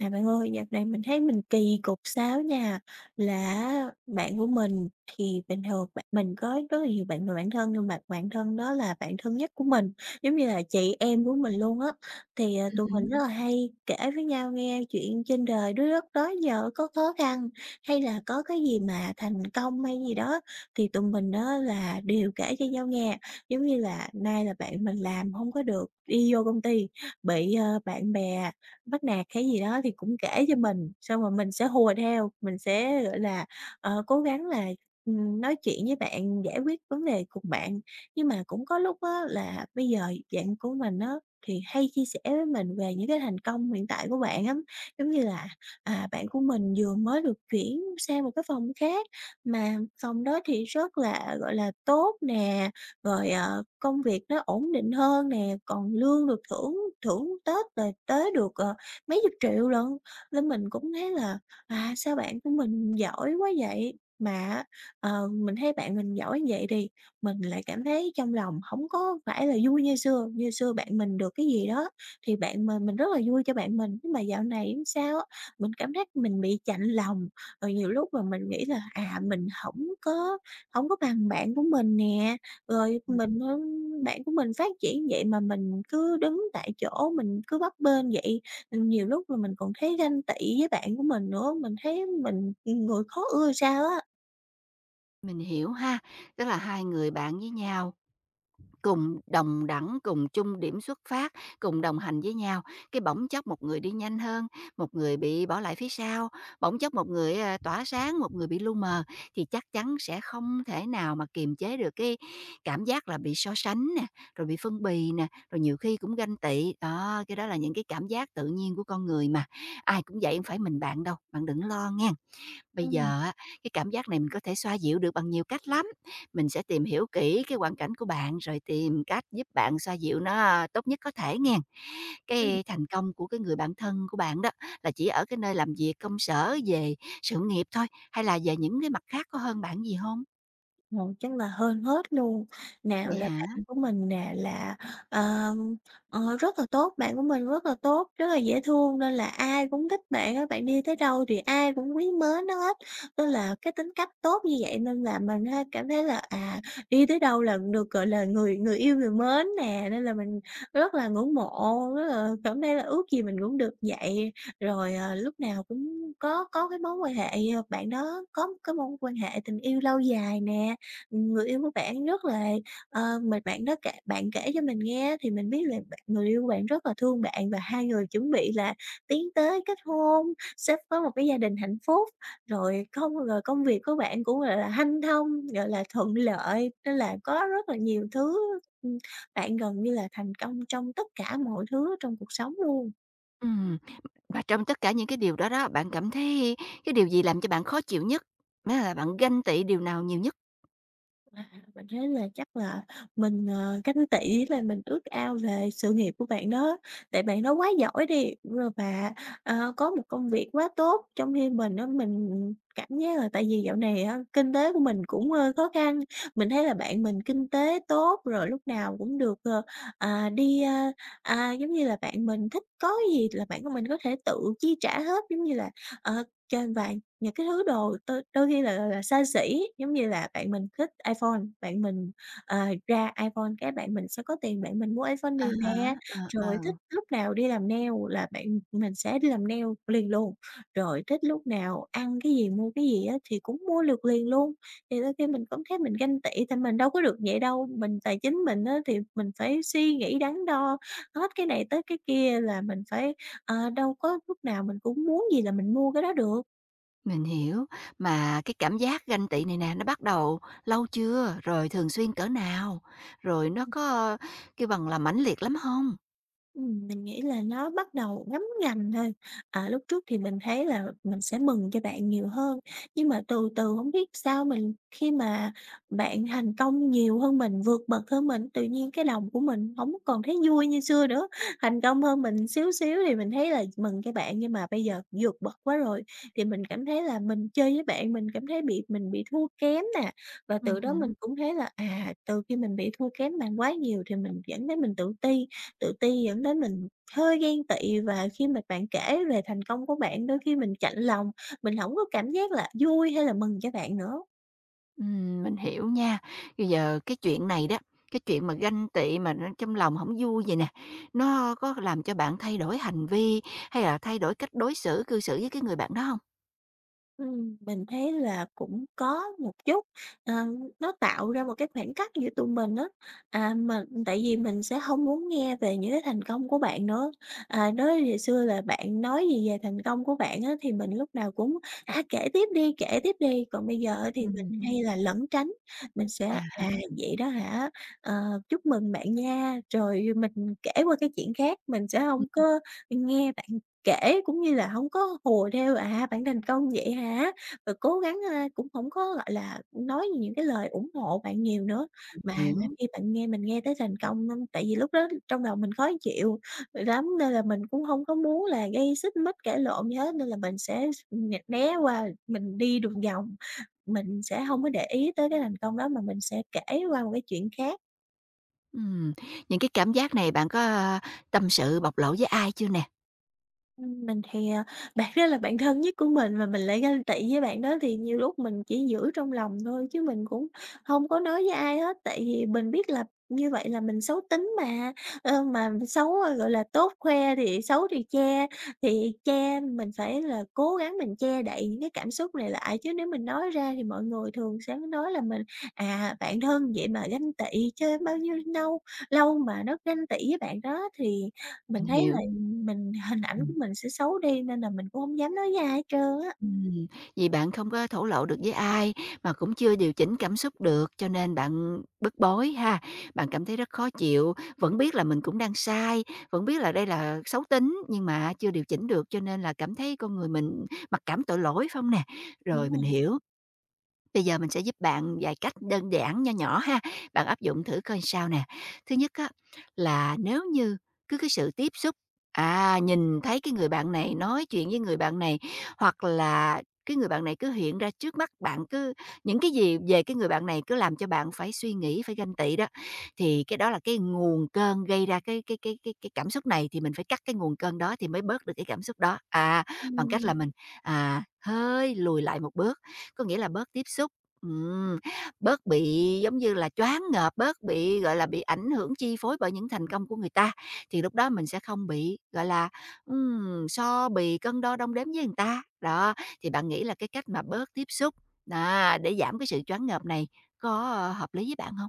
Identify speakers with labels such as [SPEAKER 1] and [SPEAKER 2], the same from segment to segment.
[SPEAKER 1] À, bạn ơi, dạo này mình thấy mình kỳ cục sao nha, là bạn của mình thì bình thường bạn mình có rất là nhiều bạn bè bạn thân nhưng mà bạn thân đó là bạn thân nhất của mình, giống như là chị em của mình luôn á. Thì, tụi
[SPEAKER 2] Hứm,
[SPEAKER 1] mình rất là hay kể với nhau nghe chuyện trên đời đứa đất đó giờ có khó khăn, hay là có cái gì mà thành công hay gì đó thì tụi mình đó là đều kể cho nhau nghe. Giống như là nay là bạn mình làm không có được, đi vô công ty bị, bạn bè bắt nạt hay gì đó thì cũng kể cho
[SPEAKER 2] ừm,
[SPEAKER 1] mình, xong rồi mình sẽ hùa theo, mình sẽ, gọi là, cố gắng là, nói chuyện với bạn, giải quyết vấn đề cùng bạn. Nhưng mà cũng có lúc á là bây giờ bạn của mình á thì hay chia sẻ với mình về những cái thành công hiện tại của bạn lắm, giống như là, bạn của mình vừa mới được chuyển sang một cái phòng khác mà phòng đó thì rất là, gọi là, tốt nè, rồi, công việc nó ổn định hơn nè, còn lương được thưởng thưởng Tết rồi tới được, mấy chục triệu lận, nên mình cũng thấy là "À, sao bạn của mình giỏi quá vậy?" Mà mình thấy bạn mình giỏi như vậy thì mình lại cảm thấy trong lòng không có phải là vui như xưa bạn mình được cái gì đó thì bạn mình rất là vui cho bạn mình, nhưng mà dạo này sao á, mình cảm giác mình bị chạnh lòng. Rồi nhiều lúc mà mình nghĩ là, à, mình không có bằng bạn của mình nè, rồi mình, bạn của mình phát triển vậy mà mình cứ đứng tại chỗ, mình cứ bấp bênh vậy, nhiều lúc là mình còn thấy ganh tị với bạn của mình nữa, mình thấy mình, người khó ưa sao á.
[SPEAKER 2] mình hiểu ha. Tức là hai người bạn với nhau cùng đồng đẳng, cùng chung điểm xuất phát, cùng đồng hành với nhau, cái bỗng chốc một người đi nhanh hơn, một người bị bỏ lại phía sau, bỗng chốc một người, à, tỏa sáng, một người bị lu mờ, thì chắc chắn sẽ không thể nào mà kiềm chế được cái cảm giác là bị so sánh nè, rồi bị phân bì nè, rồi nhiều khi cũng ganh tị. Đó, cái đó là những cái cảm giác tự nhiên của con người mà, ai cũng vậy, hông phải mình bạn đâu, bạn đừng lo nghe. Bây
[SPEAKER 1] Ừm.
[SPEAKER 2] giờ á, cái cảm giác này mình có thể xoa dịu được bằng nhiều cách lắm. Mình sẽ tìm hiểu kỹ cái hoàn cảnh của bạn rồi tìm cách giúp bạn xoa dịu nó tốt nhất có thể nghen. Cái thành công của cái người bạn thân của bạn đó là chỉ ở cái nơi làm việc công sở, về sự nghiệp thôi hay là về những cái mặt khác có hơn bạn gì không?
[SPEAKER 1] Ồ, chắc là hơn hết luôn. Nào
[SPEAKER 2] Vậy
[SPEAKER 1] là
[SPEAKER 2] hả?
[SPEAKER 1] bạn của mình nè là, ờ, rất là tốt, bạn của mình rất là tốt, rất là dễ thương nên là ai cũng thích bạn á, bạn đi tới đâu thì ai cũng quý mến nó hết. Nên là cái tính cách tốt như vậy nên là mình ha cảm thấy là, à, đi tới đâu là được, gọi là, người người yêu người mến nè, nên là mình rất là ngưỡng mộ, rất là cảm thấy là ước gì mình cũng được vậy. Rồi, lúc nào cũng có cái mối quan hệ, bạn đó có cái mối quan hệ tình yêu lâu dài nè người yêu của bạn rất là mà bạn kể cho mình nghe thì mình biết là người yêu của bạn rất là thương bạn và hai người chuẩn bị là tiến tới kết hôn, sắp có một cái gia đình hạnh phúc, rồi không rồi công việc của bạn cũng, gọi là, hanh thông, gọi là, thuận lợi, nên là có rất là nhiều thứ, ừm, bạn gần như là thành công trong tất cả mọi thứ trong cuộc sống luôn.
[SPEAKER 2] Ừm, và trong tất cả những cái điều đó đó, bạn cảm thấy cái điều gì làm cho bạn khó chịu nhất? Nghĩa là bạn ganh tị điều nào nhiều nhất?
[SPEAKER 1] Mình thấy là chắc là mình, ganh tị với mình ước ao về sự nghiệp của bạn đó, tại bạn đó quá giỏi đi, rồi và, có một công việc quá tốt, trong khi mình á, mình cảm giác là tại vì dạo này á, kinh tế của mình cũng hơi khó khăn. Mình thấy là bạn mình kinh tế tốt, rồi lúc nào cũng được, à, đi, a, giống như là, bạn mình thích có gì là bạn của mình có thể tự chi trả hết, giống như là, cho và những cái thứ đồ đôi đôi khi là, xa xỉ, giống như là bạn mình thích iPhone, bạn mình, ờ, ra iPhone cái bạn mình sẽ có tiền bạn mình mua iPhone
[SPEAKER 2] À
[SPEAKER 1] liền
[SPEAKER 2] hả,
[SPEAKER 1] nè,
[SPEAKER 2] ờ, ờ.
[SPEAKER 1] rồi thích lúc nào đi làm nail là bạn mình sẽ đi làm nail liền luôn, rồi thích lúc nào ăn cái gì, mua cái gì á thì cũng mua được liền luôn. Thì đôi khi mình cũng thấy mình ganh tị, thì mình đâu có được vậy đâu, mình tài chính mình á thì mình phải suy nghĩ đắn đo hết cái này tới cái kia là mình phải đâu có lúc nào mình cũng muốn gì là mình mua cái đó được.
[SPEAKER 2] Mình hiểu, mà cái cảm giác ganh tị này nè, nó bắt đầu lâu chưa? Rồi thường xuyên cỡ nào? Rồi nó có kêu bằng là mãnh liệt lắm không?
[SPEAKER 1] Mình nghĩ là nó bắt đầu ngấm ngành thôi. À, lúc trước thì mình thấy là mình sẽ mừng cho bạn nhiều hơn, nhưng mà từ từ không biết sao mình khi mà bạn thành công nhiều hơn mình, vượt bậc hơn mình, tự nhiên cái lòng của mình không còn thấy vui như xưa nữa. Thành công hơn mình xíu xíu thì mình thấy là mừng cho bạn, nhưng mà bây giờ vượt bậc quá rồi thì mình cảm thấy là mình chơi với bạn mình cảm thấy bị mình bị thua kém nè. Và từ đó
[SPEAKER 2] Hứm,
[SPEAKER 1] mình cũng thấy là, à, từ khi mình bị thua kém bạn quá nhiều thì mình cảm thấy mình tự ti. Tự ti dẫn đến mình hơi ghen tị và khi mà bạn kể về thành công của bạn đôi khi mình chạnh lòng, mình không có cảm giác là vui hay là mừng cho bạn nữa.
[SPEAKER 2] mình hiểu nha. Bây giờ cái chuyện này đó, cái chuyện mà ganh tị mà nó trong lòng không vui vậy nè, nó có làm cho bạn thay đổi hành vi hay là thay đổi cách đối xử, cư xử với cái người bạn đó không?
[SPEAKER 1] Mình thấy là cũng có một chút, ờ, nó tạo ra một cái khoảng cách giữa tụi mình á. À, mình tại vì mình sẽ hông muốn nghe về những cái thành công của bạn nữa. À, nói ngày xưa là bạn nói gì về thành công của bạn á, thì mình lúc nào cũng, kể tiếp đi, còn bây giờ á thì mình
[SPEAKER 2] Ừm.
[SPEAKER 1] hay là lẩn tránh, mình sẽ,
[SPEAKER 2] À,
[SPEAKER 1] vậy đó hả, ờ, chúc mừng bạn nha, rồi mình kể qua cái chuyện khác, mình sẽ hông có nghe bạn kể, cũng như là hông có hùa theo, à, bạn thành công vậy hả? Rồi cố gắng, cũng hổng có, gọi là, nói những cái lời ủng hộ bạn nhiều nữa. Mà là
[SPEAKER 2] hiểu.
[SPEAKER 1] khi bạn nghe mình nghe tới thành công nên tại vì lúc đó trong đầu mình khó chịu lắm nên là mình cũng hông có muốn là gây xích mích, cãi lộn gì hết, nên là mình sẽ s nh né qua, mình đi đường vòng, mình sẽ hông có để ý tới cái thành công đó mà mình sẽ kể qua một cái chuyện khác.
[SPEAKER 2] Ừm, những cái cảm giác này bạn có, a, tâm sự bộc lộ với ai chưa nè?
[SPEAKER 1] Mình thì, bạn đó là bạn thân nhất của mình mà mình lại ganh tị với bạn đó thì nhiều lúc mình chỉ giữ trong lòng thôi chứ mình cũng không có nói với ai hết, tại vì mình biết là như vậy là mình xấu tính mà, mà xấu, gọi là, tốt khoe thì xấu thì che mình phải là cố gắng mình che đậy những cái cảm xúc này lại, chứ nếu mình nói ra thì mọi người thường sẽ nói là mình, bạn thân vậy mà ganh tị, chơi bao nhiêu lâu lâu mà nó ganh tị với bạn đó thì mình
[SPEAKER 2] Mình
[SPEAKER 1] thấy
[SPEAKER 2] hiểu.
[SPEAKER 1] là mình hình ảnh của mình sẽ xấu đi nên là mình cũng hổng dám nói ra hết trơn á.
[SPEAKER 2] Ừm, vì bạn không có thổ lộ được với ai, mà cũng chưa điều chỉnh cảm xúc được, cho nên bạn bức bối ha. Bạn cảm thấy rất khó chịu, vẫn biết là mình cũng đang sai, vẫn biết là đây là xấu tính, nhưng mà chưa điều chỉnh được, cho nên là cảm thấy con người mình mặc cảm tội lỗi, phải hông nè? Rồi,
[SPEAKER 1] Đúng
[SPEAKER 2] mình
[SPEAKER 1] rồi.
[SPEAKER 2] hiểu. Bây giờ mình sẽ giúp bạn vài cách đơn giản nho nhỏ ha, bạn áp dụng thử coi sao nè. Thứ nhất á, là nếu như cứ cái sự tiếp xúc, à, nhìn thấy cái người bạn này, nói chuyện với người bạn này, hoặc là cái người bạn này cứ hiện ra trước mắt bạn, cứ những cái gì về cái người bạn này cứ làm cho bạn phải suy nghĩ, phải ganh tị đó, thì cái đó là cái nguồn cơn gây ra cái cảm xúc này, thì mình phải cắt cái nguồn cơn đó thì mới bớt được cái cảm xúc đó. À, bằng cách là
[SPEAKER 1] Ừm.
[SPEAKER 2] mình, à, hơi lùi lại một bước, có nghĩa là bớt tiếp xúc, ừm, bớt bị, giống như là, choáng ngợp, bớt bị, gọi là, bị ảnh hưởng chi phối bởi những thành công của người ta, thì lúc đó mình sẽ không bị, gọi là, so bì, cân đo đong đếm với người ta. Đó, thì bạn nghĩ là cái cách mà bớt tiếp xúc, à, để giảm cái sự choáng ngợp này có ờ, hợp lý với bạn không?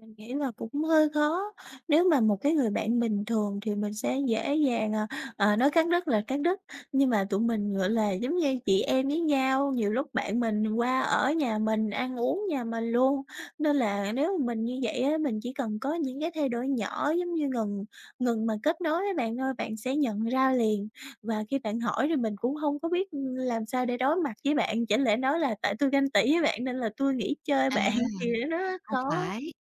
[SPEAKER 1] Mình nghĩ là cũng hơi khó. Nếu mà một cái người bạn bình thường thì mình sẽ dễ dàng, nói cắt đứt là cắt đứt, nhưng mà tụi mình, gọi là, giống như chị em với nhau, nhiều lúc bạn mình qua ở nhà mình, ăn uống nhà mình luôn. Nên là nếu mà mình như vậy á, mình chỉ cần có những cái thay đổi nhỏ giống như ngừng ngừng mà kết nối với bạn thôi bạn sẽ nhận ra liền. Và khi bạn hỏi thì mình cũng không có biết, ừ, làm sao để đối mặt với bạn, chẳng lẽ nói là tại tôi ganh tị với bạn nên là tôi nghỉ chơi
[SPEAKER 2] À,
[SPEAKER 1] bạn thì nó
[SPEAKER 2] không
[SPEAKER 1] khó.
[SPEAKER 2] phải.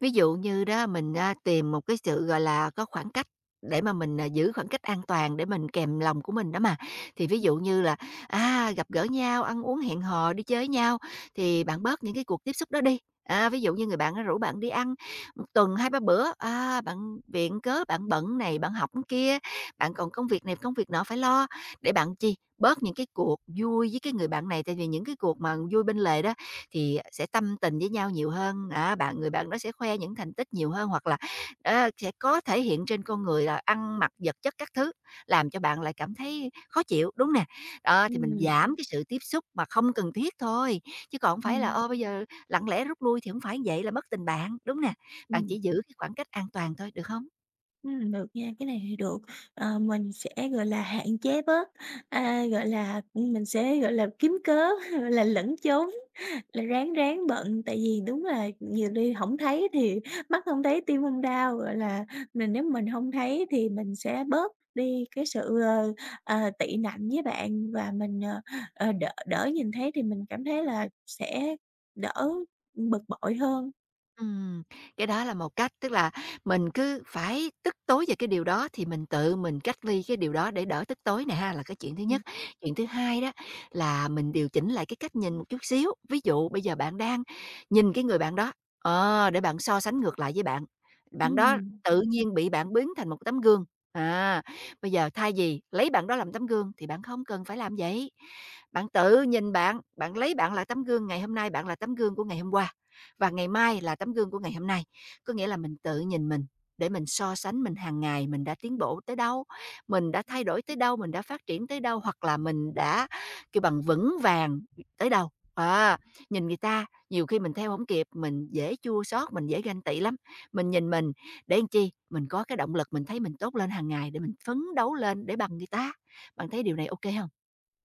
[SPEAKER 2] Ví dụ như đó mình, a, tìm một cái sự, gọi là, có khoảng cách để mà mình, à, giữ khoảng cách an toàn để mình kèm lòng của mình đó mà. Thì ví dụ như là, à, gặp gỡ nhau, ăn uống hẹn hò, đi chơi với nhau thì bạn bớt những cái cuộc tiếp xúc đó đi. À, ví dụ như người bạn đó rủ bạn đi ăn 1 tuần hai ba bữa, à, bạn viện cớ bạn bận này, bạn học cái kia, bạn còn công việc này, công việc nọ phải lo, để bạn chi, bớt những cái cuộc vui với cái người bạn này. Tại vì những cái cuộc mà vui bên lề đó thì sẽ tâm tình với nhau nhiều hơn, đó, bạn người bạn đó sẽ khoe những thành tích nhiều hơn hoặc là, ờ, sẽ có thể hiện trên con người là ăn mặc, vật chất các thứ, làm cho bạn lại cảm thấy khó chịu, đúng nè? Đó, thì mình
[SPEAKER 1] Ừm,
[SPEAKER 2] giảm cái sự tiếp xúc mà không cần thiết thôi, chứ còn hổng phải là,
[SPEAKER 1] ừm,
[SPEAKER 2] ô, bây giờ lặng lẽ rút lui thì hổng phải vậy là mất tình bạn, đúng nè? Bạn
[SPEAKER 1] ừm,
[SPEAKER 2] chỉ giữ cái khoảng cách an toàn thôi, được không?
[SPEAKER 1] được nha, cái này thì được. Ờ, mình sẽ, gọi là, hạn chế bớt, gọi là, mình sẽ, gọi là, kiếm cớ, gọi là, lẩn trốn, là ráng ráng bận. Tại vì đúng là nhiều đi hổng thấy thì mắt hông thấy tim hông đau, gọi là, mình nếu mình hông thấy thì mình sẽ bớt đi cái sự, tị nạnh với bạn và mình, đỡ đỡ nhìn thấy thì mình cảm thấy là sẽ đỡ bực bội hơn.
[SPEAKER 2] Ừm, cái đó là một cách, tức là mình cứ phải tức tối về cái điều đó thì mình tự mình cách ly cái điều đó để đỡ tức tối nè ha, là cái chuyện thứ nhất.
[SPEAKER 1] Ừm,
[SPEAKER 2] Chuyện thứ hai đó là mình điều chỉnh lại cái cách nhìn một chút xíu. Ví dụ bây giờ bạn đang nhìn cái người bạn đó, ờ, để bạn so sánh ngược lại với bạn. Bạn đó
[SPEAKER 1] ừm.
[SPEAKER 2] tự nhiên bị bạn biến thành một tấm gương. À, bây giờ thay vì lấy bạn đó làm tấm gương thì bạn không cần phải làm vậy. Bạn tự nhìn bạn, bạn lấy bạn là tấm gương ngày hôm nay, bạn là tấm gương của ngày hôm qua và ngày mai là tấm gương của ngày hôm nay. Có nghĩa là mình tự nhìn mình để mình so sánh mình hàng ngày mình đã tiến bộ tới đâu, mình đã thay đổi tới đâu, mình đã phát triển tới đâu hoặc là mình đã kêu bằng vững vàng tới đâu. À, nhìn người ta nhiều khi mình theo không kịp, mình dễ chua xót, mình dễ ganh tị lắm. Mình nhìn mình để làm chi? Mình có cái động lực mình thấy mình tốt lên hàng ngày để mình phấn đấu lên để bằng người ta. Bạn thấy điều này ok không?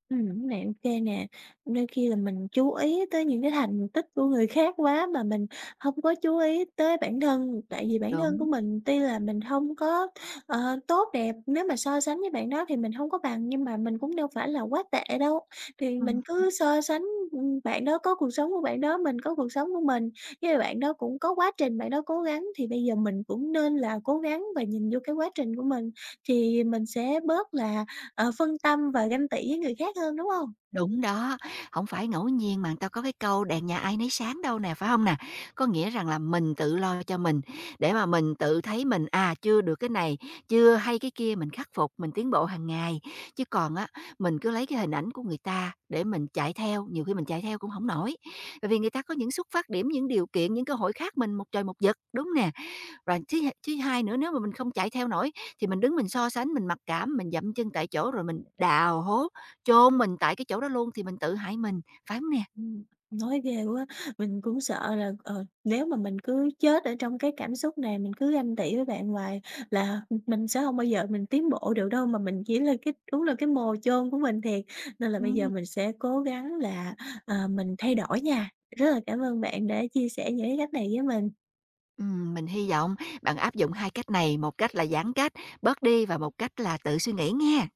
[SPEAKER 1] Đúng nè, ok nè. Đôi khi là mình chú ý tới những cái thành tích của người khác quá mà mình không có chú ý tới bản thân, tại vì bản thân của
[SPEAKER 2] Đúng.
[SPEAKER 1] mình tuy là mình không có, tốt đẹp, nếu mà so sánh với bạn đó thì mình không có bằng, nhưng mà mình cũng đâu phải là quá tệ đâu. Thì
[SPEAKER 2] Ừm.
[SPEAKER 1] mình cứ so sánh, bạn đó có cuộc sống của bạn đó, mình có cuộc sống của mình, với bạn đó cũng có quá trình bạn đó cố gắng, thì bây giờ mình cũng nên là cố gắng và nhìn vô cái quá trình của mình, thì mình sẽ bớt là phân tâm và ganh tị với người khác hơn, đúng hông?
[SPEAKER 2] Đúng đó, không phải ngẫu nhiên mà người ta có cái câu "đèn nhà ai nấy sáng" đâu nè, phải không nè? Có nghĩa rằng là mình tự lo cho mình, để mà mình tự thấy mình, à, chưa được cái này, chưa hay cái kia mình khắc phục, mình tiến bộ hàng ngày. Chứ còn á, mình cứ lấy cái hình ảnh của người ta để mình chạy theo, nhiều khi mình chạy theo cũng không nổi. Bởi vì người ta có những xuất phát điểm, những điều kiện, những cơ hội khác mình một trời một vực, đúng nè? Rồi thứ hai nữa nếu mà mình không chạy theo nổi thì mình đứng mình so sánh, mình mặc cảm, mình dậm chân tại chỗ rồi mình đào hố, chôn mình tại cái chỗ đó luôn thì mình tự hại mình, phải hông nè?
[SPEAKER 1] Ừm, nói ghê quá, mình cũng sợ là, nếu mà mình cứ chết ở trong cái cảm xúc này, mình cứ ganh tị với bạn hoài là mình sẽ hông bao giờ mình tiến bộ được đâu, mà mình chỉ là cái đúng là cái mồ chôn của mình thiệt. Nên là bây
[SPEAKER 2] Ừm.
[SPEAKER 1] giờ mình sẽ cố gắng là, mình thay đổi nha. Rất là cảm ơn bạn đã chia sẻ những cái cách này với mình.
[SPEAKER 2] Mình hy vọng bạn áp dụng 2 cách này, một cách là giãn cách, bớt đi và một cách là tự suy nghĩ nghe.